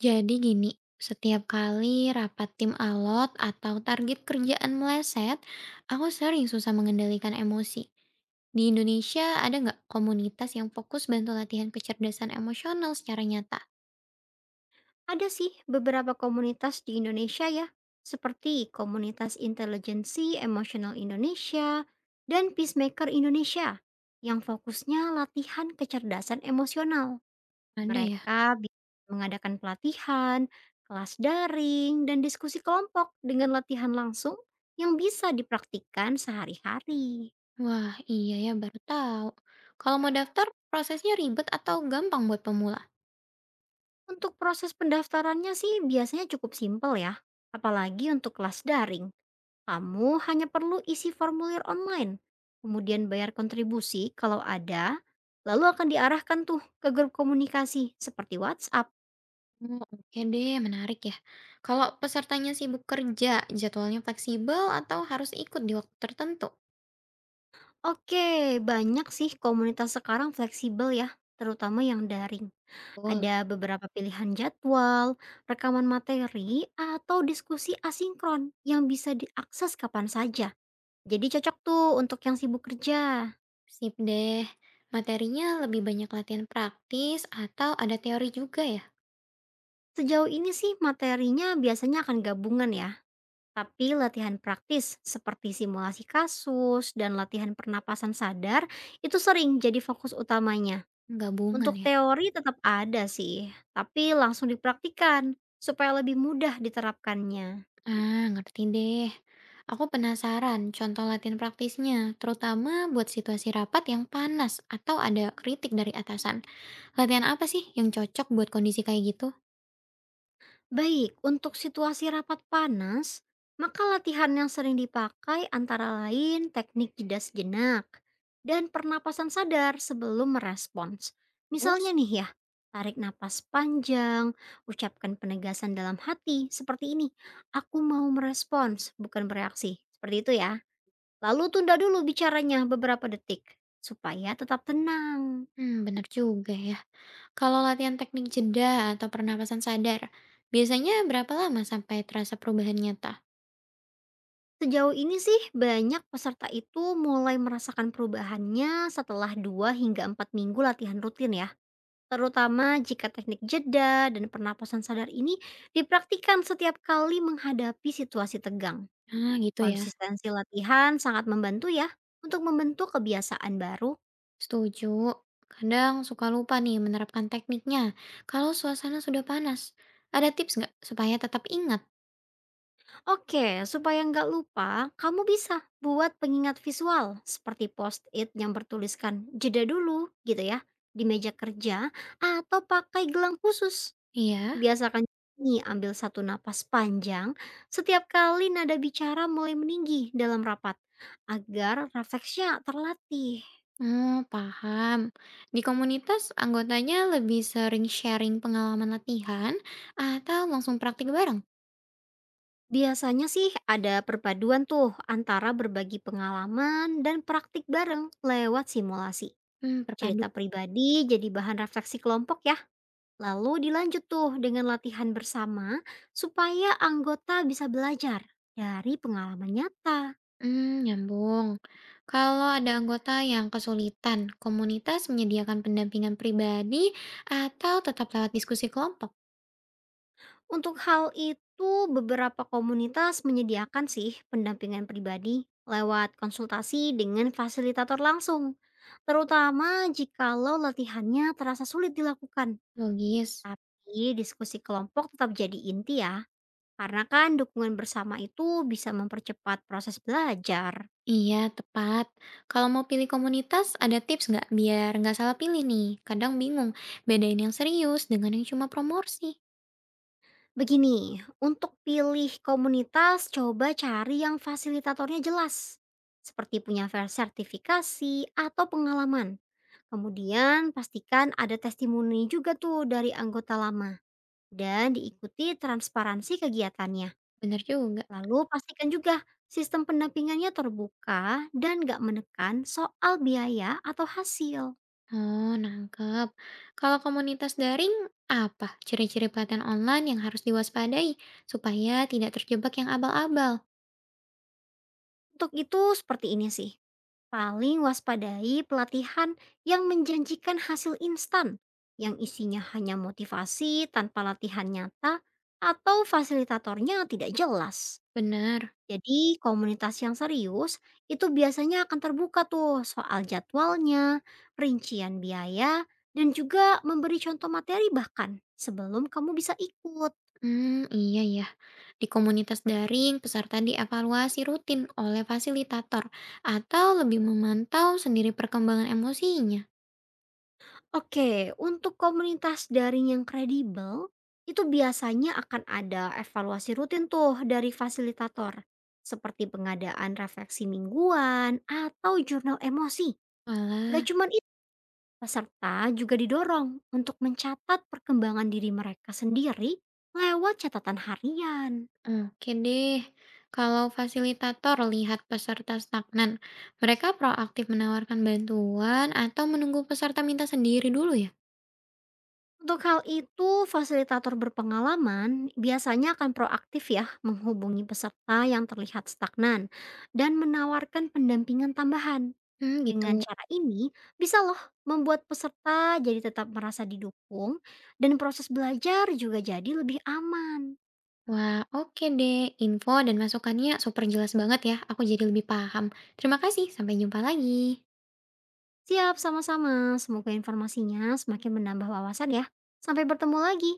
Jadi gini, setiap kali rapat tim alot atau target kerjaan meleset, aku sering susah mengendalikan emosi. Di Indonesia ada nggak komunitas yang fokus bantu latihan kecerdasan emosional secara nyata? Ada sih beberapa komunitas di Indonesia ya, seperti komunitas intelijensi emosional Indonesia dan Peacemaker Indonesia yang fokusnya latihan kecerdasan emosional. Ada ya? Mereka bi- mengadakan pelatihan, kelas daring, dan diskusi kelompok dengan latihan langsung yang bisa dipraktikkan sehari-hari. Wah, iya ya, baru tahu. Kalau mau daftar, prosesnya ribet atau gampang buat pemula? Untuk proses pendaftarannya sih biasanya cukup simpel ya, apalagi untuk kelas daring. Kamu hanya perlu isi formulir online, kemudian bayar kontribusi kalau ada, lalu akan diarahkan tuh ke grup komunikasi seperti WhatsApp. Oh, oke deh, menarik ya. Kalau pesertanya sibuk kerja, jadwalnya fleksibel atau harus ikut di waktu tertentu? Oke, banyak sih komunitas sekarang fleksibel ya, terutama yang daring. Betul. Ada beberapa pilihan jadwal, rekaman materi, atau diskusi asinkron yang bisa diakses kapan saja. Jadi cocok tuh untuk yang sibuk kerja. Sip deh. Materinya lebih banyak latihan praktis atau ada teori juga ya? Sejauh ini sih materinya biasanya akan gabungan ya. Tapi latihan praktis seperti simulasi kasus dan latihan pernapasan sadar itu sering jadi fokus utamanya. Gabungan Untuk ya? teori tetap ada sih, tapi langsung dipraktikan supaya lebih mudah diterapkannya. Ah, ngerti deh. Aku penasaran contoh latihan praktisnya, terutama buat situasi rapat yang panas atau ada kritik dari atasan. Latihan apa sih yang cocok buat kondisi kayak gitu? Baik, untuk situasi rapat panas, maka latihan yang sering dipakai antara lain teknik jeda sejenak dan pernapasan sadar sebelum merespons. Misalnya Terus, nih ya, tarik napas panjang, ucapkan penegasan dalam hati seperti ini, aku mau merespons, bukan bereaksi. Seperti itu ya. Lalu tunda dulu bicaranya beberapa detik supaya tetap tenang. hmm, benar juga ya. Kalau latihan teknik jeda atau pernapasan sadar, biasanya berapa lama sampai terasa perubahan nyata? Sejauh ini sih banyak peserta itu mulai merasakan perubahannya setelah 2 hingga 4 minggu latihan rutin ya. Terutama jika teknik jeda dan pernapasan sadar ini dipraktikkan setiap kali menghadapi situasi tegang. Ah, gitu ya. Konsistensi latihan sangat membantu ya untuk membentuk kebiasaan baru. Setuju. Kadang suka lupa nih menerapkan tekniknya. Kalau suasana sudah panas, ada tips nggak supaya tetap ingat? Oke, supaya nggak lupa, kamu bisa buat pengingat visual seperti post-it yang bertuliskan jeda dulu gitu ya di meja kerja atau pakai gelang khusus. Iya. Biasakan nih ambil satu napas panjang setiap kali nada bicara mulai meninggi dalam rapat agar refleksnya terlatih. Hmm, paham. Di komunitas, anggotanya lebih sering sharing pengalaman latihan atau langsung praktik bareng? Biasanya sih ada perpaduan tuh antara berbagi pengalaman dan praktik bareng lewat simulasi. Hmm, perpadu. Cerita pribadi jadi bahan refleksi kelompok ya. Lalu dilanjut tuh dengan latihan bersama supaya anggota bisa belajar dari pengalaman nyata. Hmm, nyambung. Kalau ada anggota yang kesulitan, komunitas menyediakan pendampingan pribadi atau tetap lewat diskusi kelompok? Untuk hal itu, beberapa komunitas menyediakan sih pendampingan pribadi lewat konsultasi dengan fasilitator langsung, terutama jikalau latihannya terasa sulit dilakukan. Logis. Tapi diskusi kelompok tetap jadi inti ya, karena kan dukungan bersama itu bisa mempercepat proses belajar. Iya, tepat. Kalau mau pilih komunitas, ada tips nggak biar nggak salah pilih nih? Kadang bingung, bedain yang serius dengan yang cuma promosi. Begini, untuk pilih komunitas, coba cari yang fasilitatornya jelas, seperti punya sertifikasi atau pengalaman. Kemudian pastikan ada testimoni juga tuh dari anggota lama dan diikuti transparansi kegiatannya. Bener juga. Lalu pastikan juga sistem pendampingannya terbuka dan gak menekan soal biaya atau hasil. Oh, nangkep. Kalau komunitas daring, apa ciri-ciri pelatihan online yang harus diwaspadai supaya tidak terjebak yang abal-abal? Untuk itu seperti ini sih, paling waspadai pelatihan yang menjanjikan hasil instan, yang isinya hanya motivasi tanpa latihan nyata, atau fasilitatornya tidak jelas. Benar. Jadi komunitas yang serius itu biasanya akan terbuka tuh soal jadwalnya, rincian biaya, dan juga memberi contoh materi bahkan sebelum kamu bisa ikut. Hmm, iya ya. Di komunitas daring, peserta dievaluasi rutin oleh fasilitator atau lebih memantau sendiri perkembangan emosinya. Oke, untuk komunitas daring yang kredibel, itu biasanya akan ada evaluasi rutin tuh dari fasilitator. Seperti pengadaan refleksi mingguan atau jurnal emosi. Gak Walah. cuman. Peserta juga didorong untuk mencatat perkembangan diri mereka sendiri lewat catatan harian. Oke deh, kalau fasilitator lihat peserta stagnan, mereka proaktif menawarkan bantuan atau menunggu peserta minta sendiri dulu ya? Untuk hal itu, fasilitator berpengalaman biasanya akan proaktif ya menghubungi peserta yang terlihat stagnan dan menawarkan pendampingan tambahan. Hmm, Dengan gitu. cara ini, bisa loh membuat peserta jadi tetap merasa didukung dan proses belajar juga jadi lebih aman. Wah, oke deh. Info dan masukannya super jelas banget ya. Aku jadi lebih paham. Terima kasih, sampai jumpa lagi. Siap, sama-sama. Semoga informasinya semakin menambah wawasan ya. Sampai bertemu lagi.